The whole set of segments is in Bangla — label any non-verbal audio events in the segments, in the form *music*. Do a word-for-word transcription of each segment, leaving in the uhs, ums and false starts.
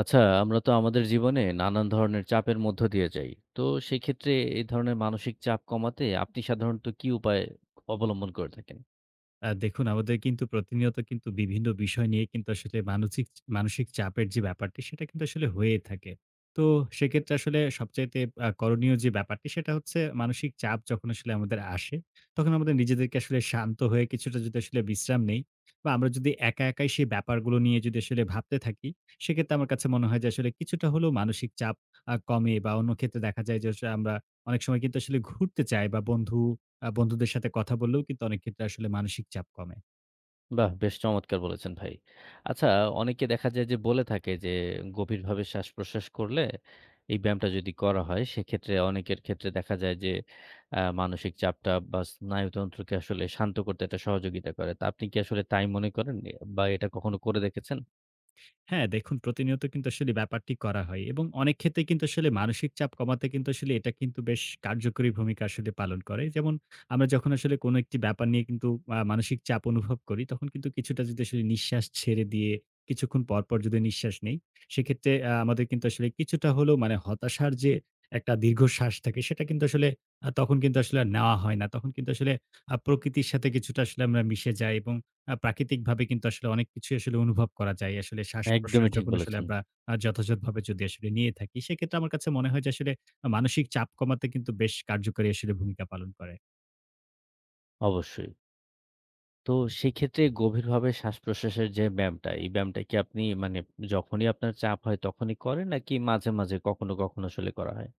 আচ্ছা, আমরা তো আমাদের জীবনে নানান ধরনের চাপের মধ্য দিয়ে যাই। তো সেক্ষেত্রে এই ধরনের মানসিক চাপ কমাতে আপনি সাধারণত কি উপায় অবলম্বন করে থাকেন? আ দেখুন, আমাদের কিন্তু প্রতিনিয়ত কিন্তু বিভিন্ন বিষয় নিয়ে কিন্তু আসলে মানসিক মানসিক চাপের যে ব্যাপারটি সেটা কিন্তু আসলে হয়েই থাকে। তো সেক্ষেত্রে আসলে সবচাইতে আ করণীয় যে ব্যাপারটি সেটা হচ্ছে, মানসিক চাপ যখন আসলে আমাদের আসে, তখন আমাদের নিজেদেরকে আসলে শান্ত হয়ে কিছুটা যদি আসলে বিশ্রাম নেই বা আমরা যদি একা, একাই সেই ব্যাপারগুলো নিয়ে যদি আসলে ভাবতে থাকি, সেক্ষেত্রে আমার কাছে মনে হয় যে আসলে কিছুটা হলেও মানসিক চাপ আ কমে। বা অন্য ক্ষেত্রে দেখা যায় যে আসলে আমরা অনেক সময় কিন্তু আসলে ঘুরতে যাই, বা বন্ধু আ বন্ধুদের সাথে কথা বললেও কিন্তু অনেক ক্ষেত্রে আসলে মানসিক চাপ কমে। বাহ! বেশ চমৎকার বলেছেন ভাই। আচ্ছা, অনেকে দেখা যায় যে বলে থাকে যে গভীরভাবে শ্বাসপ্রশ্বাস করলে এই ব্যায়ামটা যদি করা হয় সেক্ষেত্রে অনেকের ক্ষেত্রে দেখা যায় যে আ মানসিক চাপটা বা স্নায়ুতন্ত্রকে আসলে শান্ত করতে এটা সহযোগিতা করে। তা আপনি কি আসলে তাই মনে করেন? বা এটা কখনো করে দেখেছেন? হ্যাঁ, দেখুন, প্রতিনিয়ত কিন্তু আসলে ব্যাপারটি করা হয় এবং অনেক ক্ষেত্রে কিন্তু আসলে মানসিক চাপ কমাতে কিন্তু আসলে এটা কিন্তু বেশ কার্যকরী ভূমিকা আসলে পালন করে। যেমন, আমরা যখন আসলে কোনো একটি ব্যাপার নিয়ে কিন্তু আ মানসিক চাপ অনুভব করি, তখন কিন্তু কিছুটা যদি আসলে নিঃশ্বাস ছেড়ে দিয়ে কিছুক্ষণ পরপর যদি নিঃশ্বাস নেই, সেক্ষেত্রে আ আমাদের কিন্তু আসলে কিছুটা হলেও, মানে হতাশার যে একটা দীর্ঘশ্বাস থাকে, সেটা কিন্তু আসলে আ তখন কিন্তু আসলে আর নেওয়া হয় না। তখন কিন্তু আসলে আ প্রকৃতির সাথে কিছুটা আসলে আমরা মিশে যাই এবং আ প্রাকৃতিকভাবে কিন্তু আসলে অনেক কিছুই আসলে অনুভব করা যায়। আসলে শ্বাস-প্রশ্বাস একদমই ঠিক যখন আসলে বলেছেন। আমরা আ যথাযথভাবে যদি আসলে নিয়ে থাকি, সেক্ষেত্রে আমার কাছে মনে হয় যে আসলে আ মানসিক চাপ কমাতে কিন্তু বেশ কার্যকরী আসলে ভূমিকা পালন করে। অবশ্যই। তো সেক্ষেত্রে গভীরভাবে শ্বাসপ্রশ্বাসের যে ব্যায়ামটা, এই ব্যায়ামটা কি আপনি মানে যখনই আপনার চাপ হয় তখনই করেন নাকি মাঝে, মাঝে কখনো, কখনো আসলে করা হয়?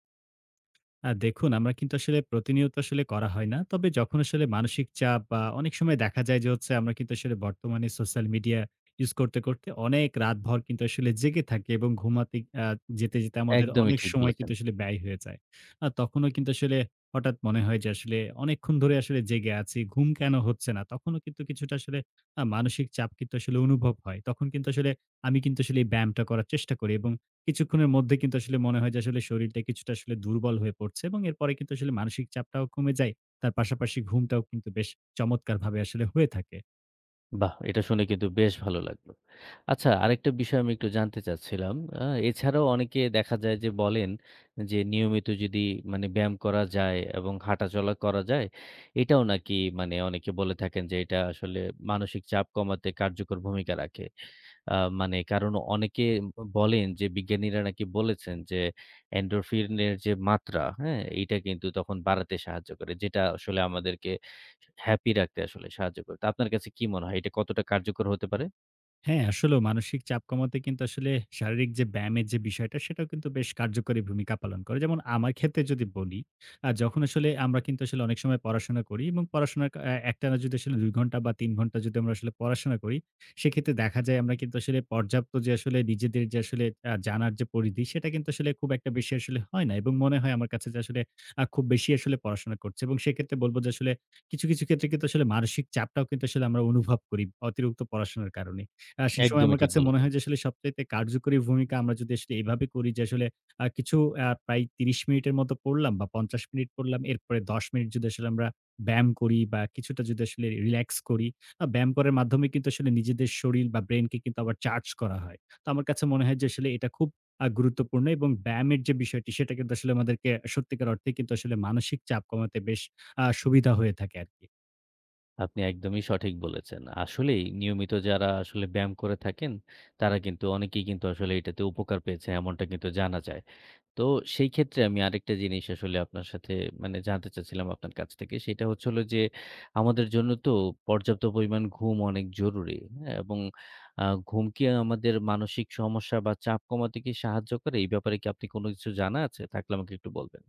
আ দেখুন, আমরা কিন্তু আসলে প্রতিনিয়ত আসলে করা হয় না। তবে যখন আসলে মানসিক চাপ বা অনেক সময় দেখা যায় যে হচ্ছে আমরা কিন্তু আসলে বর্তমানে সোশ্যাল মিডিয়া ইউজ করতে, করতে অনেক রাতভর কিন্তু আসলে জেগে থাকি এবং ঘুমাতে আ যেতে, যেতে আমাদের একদমই অনেক ঠিক সময় বলেছেন। কিন্তু আসলে ব্যয় হয়ে যায়। আ তখনও কিন্তু আসলে হঠাৎ মনে হয় যে আসলে অনেকক্ষণ ধরে আসলে জেগে আছি, ঘুম কেন হচ্ছে না? তখনও কিন্তু কিছুটা আসলে আ মানসিক চাপ কিন্তু আসলে অনুভব হয়। তখন কিন্তু আসলে আমি কিন্তু আসলে এই ব্যায়ামটা করার চেষ্টা করি এবং কিছুক্ষণের মধ্যে কিন্তু আসলে মনে হয় যে আসলে শরীরটা কিছুটা আসলে দুর্বল হয়ে পড়ছে এবং এরপরে কিন্তু আসলে মানসিক চাপটাও কমে যায়। তার পাশাপাশি ঘুমটাও কিন্তু বেশ চমৎকারভাবে আসলে হয়ে থাকে। বাহ! এটা শুনে কিন্তু বেশ ভালো লাগলো। আচ্ছা আরেকটা বিষয় আমি একটু জানতে চাচ্ছিলাম। আ এছাড়াও অনেকে দেখা যায় যে বলেন যে নিয়মিত যদি মানে ব্যায়াম করা যায় এবং হাঁটাচলা করা যায়, এটাও নাকি মানে অনেকে বলে থাকেন যে এটা আসলে মানসিক চাপ কমাতে কার্যকর ভূমিকা রাখে। আ মানে কারণ অনেকে বলেন যে বিজ্ঞানীরা নাকি বলেছেন যে এন্ডোরফিনের যে মাত্রা, হ্যাঁ? এইটা কিন্তু তখন বাড়াতে সাহায্য করে। যেটা আসলে আমাদেরকে হ্যাপি রাখতে আসলে সাহায্য করে। তো আপনার কাছে কি মনে হয় এটা কতটা কার্যকর হতে পারে? হ্যাঁ, আসলেও মানসিক চাপ কমাতে কিন্তু আসলে শারীরিক যে ব্যায়ামের যে বিষয়টা সেটাও কিন্তু বেশ কার্যকরী ভূমিকা পালন করে। যেমন, আমার ক্ষেত্রে যদি বলি, আ যখন আসলে আমরা কিন্তু আসলে অনেক সময় পড়াশোনা করি এবং পড়াশোনার কা অ্যা একটানা যদি আসলে দুই ঘন্টা বা তিন ঘন্টা যদি আমরা আসলে পড়াশোনা করি, সেক্ষেত্রে দেখা যায় আমরা কিন্তু আসলে পর্যাপ্ত, যে আসলে নিজেদের যে আসলে আ জানার যে পরিধি সেটা কিন্তু আসলে খুব একটা বেশি আসলে হয় না এবং মনে হয় আমার কাছে যে আসলে আ খুব বেশি আসলে পড়াশোনা করছি এবং সেক্ষেত্রে বলব যে আসলে কিছু, কিছু ক্ষেত্রে কিন্তু আসলে মানসিক চাপটাও কিন্তু আসলে আমরা অনুভব করি অতিরিক্ত পড়াশোনার কারণে। আ সেসময় একদমই আমার ঠিক কাছে মনে বলেছেন। হয় যে আসলে সবচাইতে কার্যকরী ভূমিকা আমরা যদি আসলে এভাবে করি যে আসলে আ কিছু আ প্রায় ত্রিশ মিনিটের মতো পড়লাম বা পঞ্চাশ মিনিট পড়লাম। এরপরে দশ মিনিট যদি আসলে আমরা ব্যায়াম করি বা কিছুটা যদি আসলে রিল্যাক্স করি। আ ব্যায়াম করার মাধ্যমে কিন্তু আসলে নিজেদের শরীর বা ব্রেইনকে কিন্তু আবার চার্জ করা হয়। তো আমার কাছে মনে হয় যে আসলে এটা খুব আ গুরুত্বপূর্ণ এবং ব্যায়ামের যে বিষয়টি সেটা কিন্তু আসলে আমাদেরকে সত্যিকার অর্থেই কিন্তু আসলে মানসিক চাপ কমাতে বেশ আ সুবিধা হয়ে থাকে আরকি। আপনি একদমই সঠিক বলেছেন। আসলেই নিয়মিত যারা আসলে ব্যায়াম করে থাকেন, তারা কিন্তু অনেকেই কিন্তু আসলে এটাতে উপকার পেয়েছে এমনটা কিন্তু জানা যায়। তো সেই ক্ষেত্রে আমি আরেকটা জিনিস আসলে আপনার সাথে মানে জানতে চাচ্ছিলাম আপনার কাছ থেকে। সেটা হচ্ছে হলো যে আমাদের জন্য তো পর্যাপ্ত পরিমাণ ঘুম অনেক জরুরি। হ্যাঁ? এবং আ ঘুম কি আমাদের মানসিক সমস্যা বা চাপ কমাতে কি সাহায্য করে? এই ব্যাপারে কি আপনি কোনো কিছু জানা আছে? থাকলে আমাকে একটু বলবেন।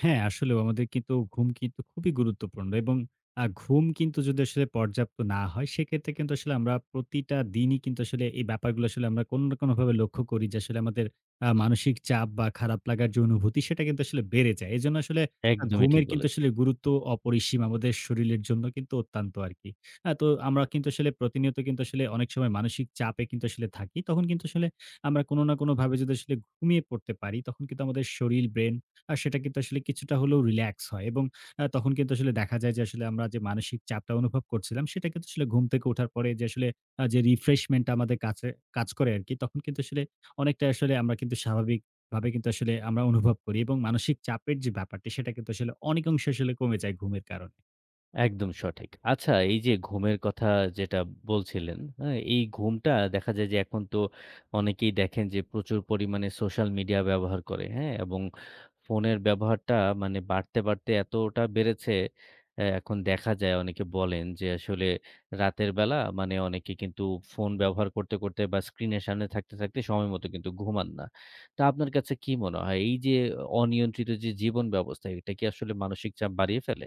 হ্যাঁ, আসলেও আমাদের কিন্তু ঘুম কিন্তু খুবই গুরুত্বপূর্ণ এবং আ ঘুম কিন্তু যদি আসলে পর্যাপ্ত না হয়, সেক্ষেত্রে কিন্তু আসলে আমরা প্রতিটা দিনই কিন্তু আসলে এই ব্যাপারগুলো আসলে আমরা কোনো না কোনোভাবে লক্ষ্য করি যে আসলে আমাদের আ মানসিক চাপ বা খারাপ লাগার যে অনুভূতি, সেটা কিন্তু আসলে বেড়ে যায়। এজন্য আসলে আ একদমই ঠিক ঘুমের কিন্তু বলেছেন। আসলে গুরুত্ব অপরিসীম, আমাদের শরীরের জন্য কিন্তু অত্যন্ত আরকি। আ তো আমরা কিন্তু আসলে প্রতিনিয়ত কিন্তু আসলে অনেক সময় মানসিক চাপে কিন্তু আসলে থাকি। তখন কিন্তু আসলে আমরা কোনো না কোনোভাবে যদি আসলে ঘুমিয়ে পড়তে পারি, তখন কিন্তু আমাদের শরীর, ব্রেন, আ সেটা কিন্তু আসলে কিছুটা হলেও রিল্যাক্স হয় এবং আ তখন কিন্তু আসলে দেখা যায় যে আসলে আমরা যে মানসিক চাপটা অনুভব করছিলাম সেটা কিন্তু আসলে ঘুম থেকে ওঠার পরে যে আসলে আ যে রিফ্রেশমেন্ট টা আমাদের কাছে কাজ করে আরকি, তখন কিন্তু আসলে অনেকটা আসলে আমরা কিন্তু স্বাভাবিকভাবে কিন্তু আসলে আমরা অনুভব করি এবং মানসিক চাপের যে ব্যাপারটি সেটা কিন্তু আসলে অনেকাংশে আসলে কমে যায় ঘুমের কারণে। একদম সঠিক। আচ্ছা এই যে ঘুমের কথা যেটা বলছিলেন, হ্যাঁ? এই ঘুমটা দেখা যায় যে এখন তো অনেকেই দেখেন যে প্রচুর পরিমাণে সোশ্যাল মিডিয়া ব্যবহার করে, হ্যাঁ? এবং ফোনের ব্যবহারটা মানে বাড়তে, বাড়তে এতটা বেড়েছে অ্যা এখন দেখা যায় অনেকে বলেন যে আসলে রাতের বেলা মানে অনেকে কিন্তু ফোন ব্যবহার করতে, করতে বা স্ক্রিনের সামনে থাকতে, থাকতে সময় মতো কিন্তু ঘুমান না। তো আপনার কাছে কি মনে হয় এই যে অনিয়ন্ত্রিত যে জীবন ব্যবস্থা এটা কি আসলে মানসিক চাপ বাড়িয়ে ফেলে?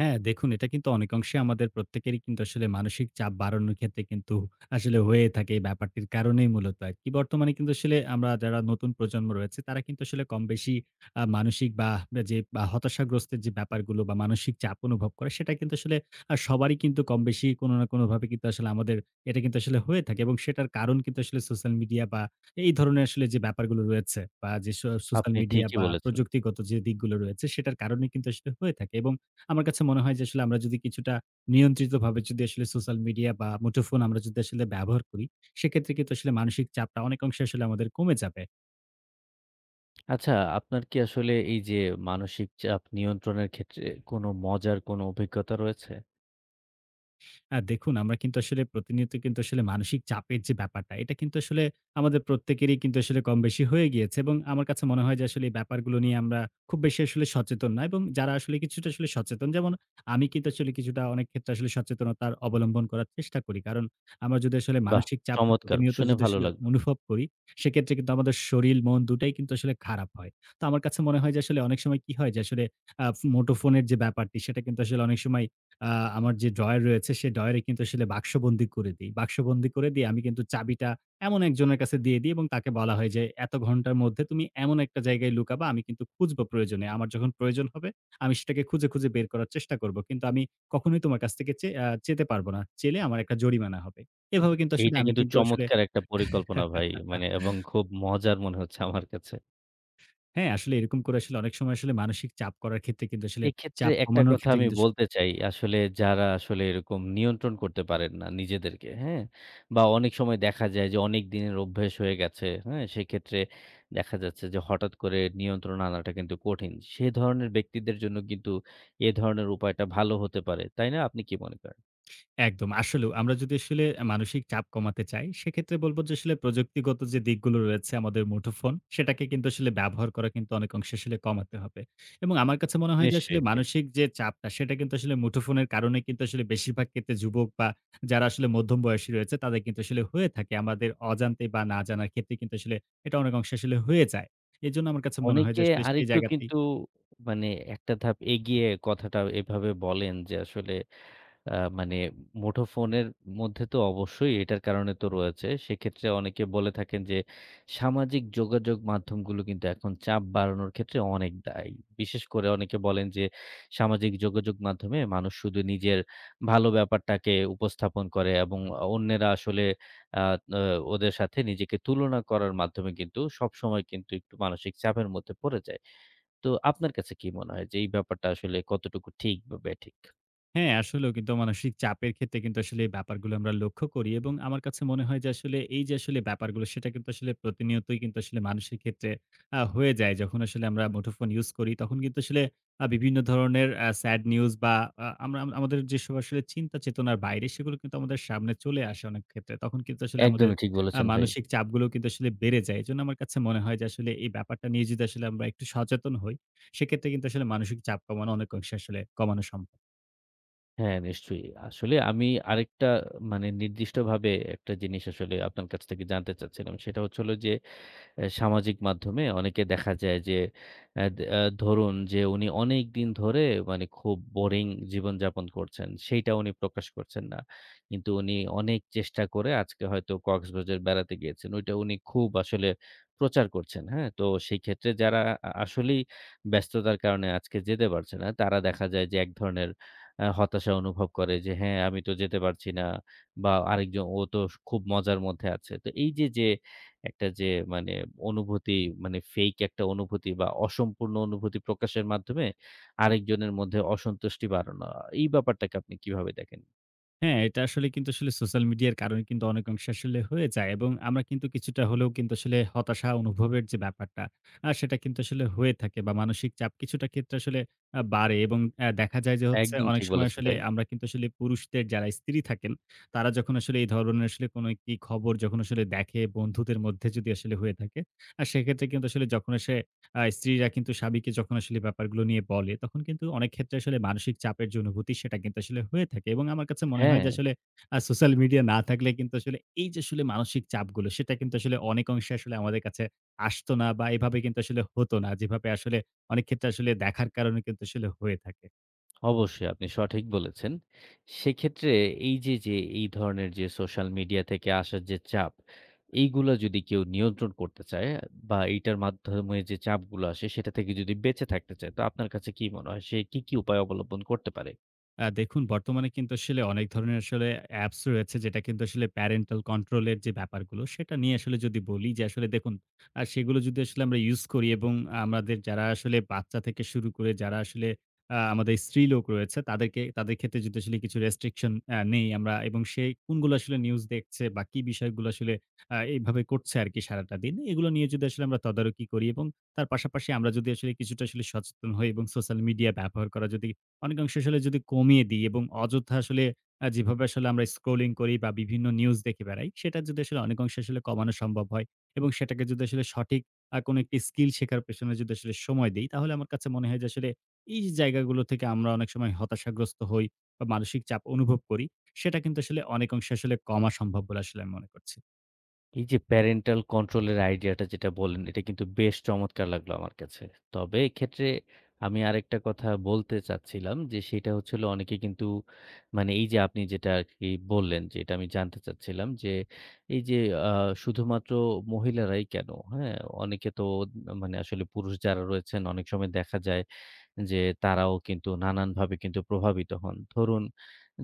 হ্যাঁ, দেখুন, এটা কিন্তু অনেকাংশে আমাদের প্রত্যেকেরই কিন্তু আসলে মানসিক চাপ বাড়ানোর ক্ষেত্রে কিন্তু আসলে হয়ে থাকে এই ব্যাপারটির কারণেই মূলত আরকি। বর্তমানে কিন্তু আসলে আমরা যারা নতুন প্রজন্ম রয়েছে তারা কিন্তু আসলে কমবেশি আ মানসিক বা যে বা হতাশাগ্রস্তের যে ব্যাপারগুলো বা মানসিক চাপ অনুভব করে, সেটা কিন্তু আসলে আ সবারই কিন্তু কমবেশি কোনো না কোনোভাবে কিন্তু আসলে আমাদের এটা কিন্তু আসলে হয়ে থাকে এবং সেটার কারণ কিন্তু আসলে সোশ্যাল মিডিয়া বা এই ধরনের আসলে যে ব্যাপারগুলো রয়েছে, বা যে সো সোশ্যাল আপনি মিডিয়া ঠিকই বা বলেছেন। প্রযুক্তিগত যে দিকগুলো রয়েছে সেটার কারণে কিন্তু আসলে হয়ে থাকে এবং আমার কাছে মনে হয় যে আসলে আমরা যদি কিছুটা নিয়ন্ত্রিতভাবে যদি আসলে সোশ্যাল মিডিয়া বা মুঠোফোন আমরা যদি আসলে ব্যবহার করি, সেক্ষেত্রে কিন্তু আসলে মানসিক চাপটা অনেক অংশে আসলে আমাদের কমে যাবে। আচ্ছা, আপনার কি আসলে এই যে মানসিক চাপ নিয়ন্ত্রণের ক্ষেত্রে কোনো মজার কোনো অভিজ্ঞতা রয়েছে? আ দেখুন, আমরা কিন্তু আসলে প্রতিনিয়ত কিন্তু আসলে মানসিক চাপের যে ব্যাপারটা, এটা কিন্তু আসলে আমাদের প্রত্যেকেরই কিন্তু আসলে কমবেশি হয়ে গিয়েছে এবং আমার কাছে মনে হয় যে আসলে এই ব্যাপারগুলো নিয়ে আমরা খুব বেশি আসলে সচেতন না, এবং যারা আসলে কিছুটা আসলে সচেতন, যেমন আমি কিন্তু আসলে কিছুটা অনেক ক্ষেত্রে আসলে সচেতনতার অবলম্বন করার চেষ্টা করি। কারণ আমরা যদি আসলে বাহ! মানসিক চাপটা চমৎকার! প্রতিনিয়ত শুনে যদি ভালো আসলে লাগলো। অনুভব করি, সেক্ষেত্রে কিন্তু আমাদের শরীর, মন দুটাই কিন্তু আসলে খারাপ হয়। তো আমার কাছে মনে হয় যে আসলে অনেক সময় কি হয় যে আসলে আ মুঠোফোনের যে ব্যাপারটি সেটা কিন্তু আসলে অনেক সময় আ আমার যে ড্রয়ার রয়েছে সে ড্রয়ারে কিন্তু আসলে বাক্সবন্দী করে দেই। বাক্সবন্দী করে দিয়ে আমি কিন্তু চাবিটা এমন একজনের কাছে দিয়ে দিই এবং তাকে বলা হয় যে, "এত ঘন্টার মধ্যে তুমি এমন একটা জায়গায় লুকাবা, আমি কিন্তু খুঁজব প্রয়োজনে। আমার যখন প্রয়োজন হবে আমি সেটাকে খুঁজে, খুঁজে বের করার চেষ্টা করব। কিন্তু আমি কখনোই তোমার কাছ থেকে চে আ চেতে পারব না। চেলে আমার একটা জরিমানা হবে।" এভাবে কিন্তু আসলে এইটা আমি কিন্তু কিন্তু আসলে চমৎকার একটা পরিকল্পনা ভাই। *laughs* মানে এবং খুব মজার মনে হচ্ছে আমার কাছে। হ্যাঁ, আসলে এরকম করে আসলে অনেক সময় আসলে মানসিক চাপ করার ক্ষেত্রে কিন্তু আসলে এক্ষেত্রে চাপ একটা কমানোর কথা ক্ষেত্রে আমি কিন্তু আসলে। বলতে চাই। আসলে যারা আসলে এরকম নিয়ন্ত্রণ করতে পারেন না নিজেদেরকে, হ্যাঁ? বা অনেক সময় দেখা যায় যে অনেক দিনের অভ্যাস হয়ে গেছে, হ্যাঁ? সেক্ষেত্রে দেখা যাচ্ছে যে হঠাৎ করে নিয়ন্ত্রণ আনাটা কিন্তু কঠিন। সে ধরনের ব্যক্তিদের জন্য কিন্তু এ ধরনের উপায়টা ভালো হতে পারে। তাই না? আপনি কি মনে করেন? একদম। আসলেও আমরা যদি আসলে মানসিক চাপ কমাতে চাই, সেক্ষেত্রে বলব যে আসলে প্রযুক্তিগত যে দিকগুলো রয়েছে আমাদের মুঠোফোন, সেটাকে কিন্তু আসলে ব্যবহার করা কিন্তু অনেক অংশে আসলে কমাতে হবে। এবং আমার কাছে মনে হয় যে আসলে নিশ্চয়ই ভাই। মানসিক যে চাপটা, সেটা কিন্তু আসলে মুঠোফোনের কারণে কিন্তু আসলে বেশিরভাগ ক্ষেত্রে যুবক বা যারা আসলে মধ্যম বয়সী রয়েছে, তাদের কিন্তু আসলে হয়ে থাকে। আমাদের অজান্তে বা না জানার ক্ষেত্রে কিন্তু আসলে এটা অনেক অংশে আসলে হয়ে যায়। এজন্য আমার কাছে মনে হয় যে অনেকে আসলে সেই আরেকটু জায়গাতে। কিন্তু মানে একটা ধাপ এগিয়ে কথাটা এভাবে বলেন যে আসলে আ মানে মুঠোফোনের মধ্যে তো অবশ্যই এটার কারণে তো রয়েছে। সেক্ষেত্রে অনেকে বলে থাকেন যে, সামাজিক যোগাযোগ মাধ্যমগুলো কিন্তু এখন চাপ বাড়ানোর ক্ষেত্রে অনেক দায়ী। বিশেষ করে অনেকে বলেন যে, সামাজিক যোগাযোগ মাধ্যমে মানুষ শুধু নিজের ভালো ব্যাপারটাকে উপস্থাপন করে এবং অন্যেরা আসলে আ আ ওদের সাথে নিজেকে তুলনা করার মাধ্যমে কিন্তু সবসময় কিন্তু একটু মানসিক চাপের মধ্যে পড়ে যায়। তো আপনার কাছে কি মনে হয় যে, এই ব্যাপারটা আসলে কতটুকু ঠিক বা ব্যাঠিক? হ্যাঁ, আসলেও কিন্তু মানসিক চাপের ক্ষেত্রে কিন্তু আসলে এই ব্যাপারগুলো আমরা লক্ষ্য করি এবং আমার কাছে মনে হয় যে আসলে এই যে আসলে ব্যাপারগুলো সেটা কিন্তু আসলে প্রতিনিয়তই কিন্তু আসলে মানুষের ক্ষেত্রে আ হয়ে যায়। যখন আসলে আমরা মুঠোফোন ইউজ করি তখন কিন্তু আসলে আ বিভিন্ন ধরনের আ স্যাড নিউজ বা আ আমরা আম- আমাদের যেসব আসলে চিন্তা চেতনার বাইরে সেগুলো কিন্তু আমাদের সামনে চলে আসে অনেক ক্ষেত্রে। তখন কিন্তু আসলে আমাদের একদমই ঠিক আ বলেছেন ভাই। মানসিক চাপগুলো কিন্তু আসলে বেড়ে যায়। এজন্য আমার কাছে মনে হয় যে আসলে এই ব্যাপারটা নিয়ে যদি আসলে আমরা একটু সচেতন হই, সেক্ষেত্রে কিন্তু আসলে মানসিক চাপ কমানো অনেক অংশে আসলে কমানো সম্ভব। হ্যাঁ, নিশ্চয়ই। আসলে আমি আরেকটা মানে নির্দিষ্টভাবে একটা জিনিস আসলে আপনার কাছ থেকে জানতে চাচ্ছিলাম। সেটা হচ্ছে হলো যে এ সামাজিক মাধ্যমে অনেকে দেখা যায় যে এ দে আ ধরুন যে উনি অনেকদিন ধরে মানে খুব বোরিং জীবনযাপন করছেন। সেইটা উনি প্রকাশ করছেন না। কিন্তু উনি অনেক চেষ্টা করে আজকে হয়তো কক্সবাজার বেড়াতে গিয়েছেন। ওইটা উনি খুব আসলে প্রচার করছেন, হ্যাঁ? তো সেই ক্ষেত্রে যারা আ আসলেই ব্যস্ততার কারণে আজকে যেতে পারছে না, তারা দেখা যায় যে এক ধরনের আ হতাশা অনুভব করে যে, "হ্যাঁ, আমি তো যেতে পারছি না" বা আরেকজন, "ও তো স খুব মজার মধ্যে আছে।" তো এই যে, যে একটা যে মানে অনুভূতি মানে ফেক একটা অনুভূতি বা অসম্পূর্ণ অনুভূতি প্রকাশের মাধ্যমে আরেকজনের মধ্যে অসন্তুষ্টি বাড়ানো। এই ব্যাপারটাকে আপনি কিভাবে দেখেন? হ্যাঁ, এটা আসলে কিন্তু আসলে সোশ্যাল মিডিয়ার কারণে কিন্তু অনেক অংশে আসলে হয়ে যায় এবং আমরা কিন্তু কিছুটা হলেও কিন্তু আসলে হতাশা অনুভবের যে ব্যাপারটা, আ সেটা কিন্তু আসলে হয়ে থাকে বা মানসিক চাপ কিছুটা ক্ষেত্রে আসলে আ বাড়ে এবং অ্যা দেখা যায় যে হচ্ছে একদম অনেক ঠিক সময় বলেছেন আসলে ভাই। আমরা কিন্তু আসলে পুরুষদের যারা স্ত্রী থাকেন, তারা যখন আসলে এই ধরনের আসলে কোনো একটি খবর যখন আসলে দেখে, বন্ধুদের মধ্যে যদি আসলে হয়ে থাকে, আ সেক্ষেত্রে কিন্তু আসলে যখন আসে আ স্ত্রীরা কিন্তু স্বামীকে যখন আসলে ব্যাপারগুলো নিয়ে বলে, তখন কিন্তু অনেক ক্ষেত্রে আসলে মানসিক চাপের যে অনুভূতি সেটা কিন্তু আসলে হয়ে থাকে এবং আমার কাছে মনে হয় হ্যাঁ, যে আসলে আ সোশ্যাল মিডিয়া না থাকলে কিন্তু আসলে এই যে আসলে মানসিক চাপগুলো সেটা কিন্তু আসলে অনেক অংশে আসলে আমাদের কাছে আসতো না, বা এভাবে কিন্তু আসলে হতো না, যেভাবে আসলে অনেক ক্ষেত্রে আসলে দেখার কারণে কিন্তু আসলে হয়ে থাকে। অবশ্যই আপনি সঠিক বলেছেন। সেক্ষেত্রে এই যে, যে এই ধরনের যে সোশ্যাল মিডিয়া থেকে আসার যে চাপ, এইগুলা যদি কেউ নিয়ন্ত্রণ করতে চায় বা এইটার মাধ্যমে যে চাপগুলো আসে সেটা থেকে যদি বেঁচে থাকতে চায়, তো আপনার কাছে কি মনে হয় সে কি, কি উপায় অবলম্বন করতে পারে? আ দেখুন, বর্তমানে কিন্তু আসলে অনেক ধরনের আসলে অ্যাপস রয়েছে যেটা কিন্তু আসলে প্যারেন্টাল কন্ট্রোল এর যে ব্যাপারগুলো সেটা নিয়ে আসলে যদি বলি যে আসলে, দেখুন, আ সেগুলো যদি আসলে আমরা ইউজ করি এবং আমাদের যারা আসলে বাচ্চা থেকে শুরু করে যারা আসলে আ আমাদের স্ত্রীলোক রয়েছে তাদেরকে, তাদের ক্ষেত্রে যদি আসলে কিছু রেস্ট্রিকশন আ নেই আমরা, এবং সে কোনগুলো আসলে নিউজ দেখছে বা কি বিষয়গুলো আসলে আ এইভাবে করছে আরকি সারাটা দিন, এগুলো নিয়ে যদি আসলে আমরা তদারকি করি এবং তার পাশাপাশি আমরা যদি আসলে কিছুটা আসলে সচেতন হই এবং সোশ্যাল মিডিয়া ব্যবহার করা যদি অনেকাংশে আসলে যদি কমিয়ে দিই এবং অযথা আসলে আ যেভাবে আসলে আমরা স্ক্রলিং করি বা বিভিন্ন নিউজ দেখে বেড়াই, সেটা যদি আসলে অনেকাংশে আসলে কমানো সম্ভব হয় এবং সেটাকে যদি আসলে সঠিক আ কোনো একটি স্কিল শেখার পেছনে যদি আসলে সময় দেই, তাহলে আমার কাছে মনে হয় যে আসলে এই যে জায়গাগুলো থেকে আমরা অনেক সময় হতাশাগ্রস্ত হই বা মানসিক চাপ অনুভব করি, সেটা কিন্তু আসলে অনেকাংশে আসলে কমা সম্ভব বলে আসলে আমি মনে করছি। এই যে প্যারেন্টাল কন্ট্রোল এর আইডিয়াটা যেটা বললেন, এটা কিন্তু বেশ চমৎকার লাগলো আমার কাছে। তবে এক্ষেত্রে আমি আরেকটা কথা বলতে চাচ্ছিলাম যে, সেটা হচ্ছে হলো অনেকে কিন্তু মানে এই যে আপনি যেটা আরকি বললেন যে, এটা আমি জানতে চাচ্ছিলাম যে, এই যে আ শুধুমাত্র মহিলারাই কেন, হ্যাঁ? অনেকে তো মানে আসলে পুরুষ যারা রয়েছেন অনেক সময় দেখা যায় যে তারাও কিন্তু নানানভাবে কিন্তু প্রভাবিত হন। ধরুন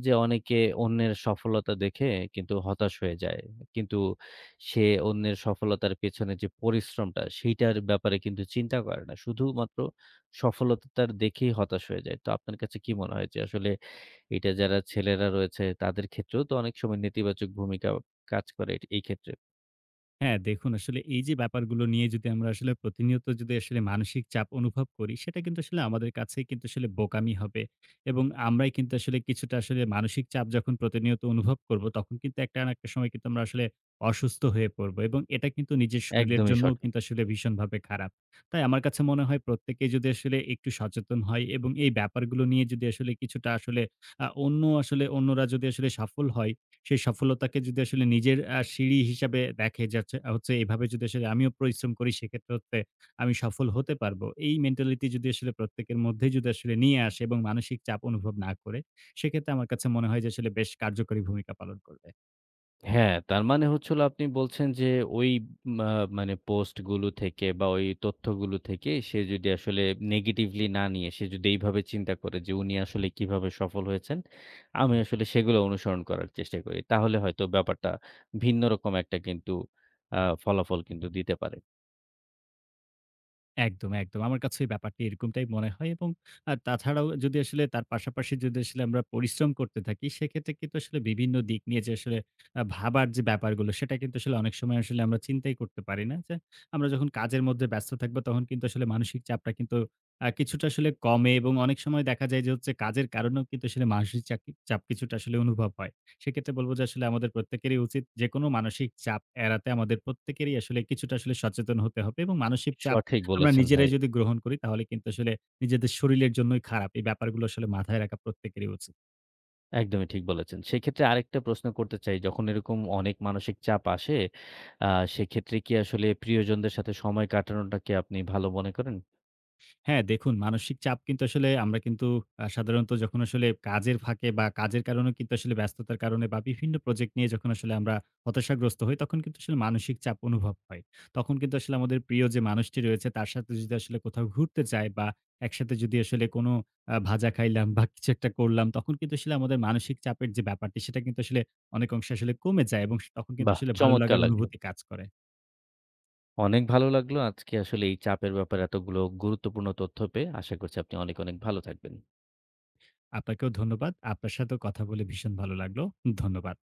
যে অনেকে অন্যের সফলতা দেখে কিন্তু হতাশ হয়ে যায়। কিন্তু সে অন্যের সফলতার পেছনে যে পরিশ্রমটা সেইটার ব্যাপারে কিন্তু চিন্তা করে না। শুধুমাত্র সফলতার দেখেই হতাশ হয়ে যায়। তো আপনার কাছে কি মনে হয় যে আসলে এটা যারা ছেলেরা রয়েছে তাদের ক্ষেত্রেও তো অনেক সময় নেতিবাচক ভূমিকা কাজ করে এট এই ক্ষেত্রে? হ্যাঁ, দেখুন, আসলে এই যে ব্যাপারগুলো নিয়ে যদি আমরা আসলে প্রতিনিয়ত যদি আসলে মানসিক চাপ অনুভব করি, সেটা কিন্তু আসলে আমাদের কাছেই কিন্তু আসলে বোকামি হবে এবং আমরাই কিন্তু আসলে কিছুটা আসলে মানসিক চাপ যখন প্রতিনিয়ত অনুভব করব, তখন কিন্তু একটা না একটা সময় কিন্তু আমরা আসলে অসুস্থ হয়ে পড়ব এবং এটা কিন্তু নিজের শরীরের একদমই জন্যও সঠিক। কিন্তু আসলে ভীষণভাবে খারাপ। তাই আমার কাছে মনে হয় প্রত্যেকেই যদি আসলে একটু সচেতন হয় এবং এই ব্যাপারগুলো নিয়ে যদি আসলে কিছুটা আসলে আ অন্য আসলে অন্যরা যদি আসলে সফল হয়, সেই সফলতাকে যদি আসলে নিজের আ সিঁড়ি হিসাবে দেখে যে আচ্ছা হচ্ছে এভাবে যদি আসলে আমিও পরিশ্রম করি, সেক্ষেত্রে হচ্ছে আমি সফল হতে পারবো। এই মেন্টালিটি যদি আসলে প্রত্যেকের মধ্যেই যদি আসলে নিয়ে আসে এবং মানসিক চাপ অনুভব না করে, সেক্ষেত্রে আমার কাছে মনে হয় যে আসলে বেশ কার্যকরী ভূমিকা পালন করবে। হ্যাঁ, তার মানে হচ্ছে হলো আপনি বলছেন যে ওই মা মানে পোস্ট গুলো থেকে বা ওই তথ্যগুলো থেকে সে যদি আসলে নেগেটিভলি না নিয়ে সে যদি এইভাবে চিন্তা করে যে উনি আসলে কিভাবে সফল হয়েছেন, আমি আসলে সেগুলো অনুসরণ করার চেষ্টা করি। তাহলে হয়তো ব্যাপারটা ভিন্ন রকম একটা কিন্তু আ ফলাফল কিন্তু দিতে পারে। একদম, একদম। আমার কাছেও ব্যাপারটি এরকমটাই মনে হয় এবং আ তাছাড়াও যদি আসলে তার পাশাপাশি যদি আসলে আমরা পরিশ্রম করতে থাকি, সেক্ষেত্রে কিন্তু আসলে বিভিন্ন দিক নিয়ে যে আসলে আ ভাবার যে ব্যাপারগুলো, সেটা কিন্তু আসলে অনেক সময় আসলে আমরা চিন্তাই করতে পারি না। যে, আমরা যখন কাজের মধ্যে ব্যস্ত থাকবো, তখন কিন্তু আসলে মানসিক চাপটা কিন্তু আ কিছুটা আসলে কমে এবং অনেক সময় দেখা যায় যে হচ্ছে কাজের কারণেও কিন্তু আসলে মানসিক চাকি চাপ কিছুটা আসলে অনুভব হয়। সেক্ষেত্রে বলব যে আসলে আমাদের প্রত্যেকেরই উচিত যেকোনো মানসিক চাপ এড়াতে আমাদের প্রত্যেকেরই আসলে কিছুটা আসলে সচেতন হতে হবে এবং মানসিক চাপ সঠিক আমরা বলেছেন ভাই। নিজেরাই যদি গ্রহণ করি তাহলে কিন্তু আসলে নিজেদের শরীরের জন্যই খারাপ। এই ব্যাপারগুলো আসলে মাথায় রাখা প্রত্যেকেরই উচিত। একদমই ঠিক বলেছেন। সেক্ষেত্রে আরেকটা প্রশ্ন করতে চাই, যখন এরকম অনেক মানসিক চাপ আসে, আ সেক্ষেত্রে কি আসলে প্রিয়জনদের সাথে সময় কাটানোটাকে আপনি ভালো মনে করেন? হ্যাঁ, দেখুন, মানসিক চাপ কিন্তু আসলে আমরা কিন্তু আ সাধারণত যখন আসলে কাজের ফাঁকে বা কাজের কারণেও কিন্তু আসলে ব্যস্ততার কারণে বা বিভিন্ন প্রজেক্ট নিয়ে যখন আসলে আমরা হতাশাগ্রস্ত হই, তখন কিন্তু আসলে মানসিক চাপ অনুভব হয়। তখন কিন্তু আসলে আমাদের প্রিয় যে মানুষটি রয়েছে তার সাথে যদি আসলে কোথাও ঘুরতে যাই বা একসাথে যদি আসলে কোনো আ ভাজা খাইলাম বা কিছু একটা করলাম, তখন কিন্তু আসলে আমাদের মানসিক চাপের যে ব্যাপারটি সেটা কিন্তু আসলে অনেক অংশে আসলে কমে যায় এবং তখন কিন্তু বাহ! আসলে ভালো চমৎকার লাগার লাগলো। অনুভূতি কাজ করে। অনেক ভালো লাগলো আজকে আসলে এই চাপের ব্যাপারে এতগুলো গুরুত্বপূর্ণ তথ্য পেয়ে। আশা করছি আপনি অনেক, অনেক ভালো থাকবেন। আপনাকেও ধন্যবাদ। আপনার সাথেও কথা বলে ভীষণ ভালো লাগলো। ধন্যবাদ।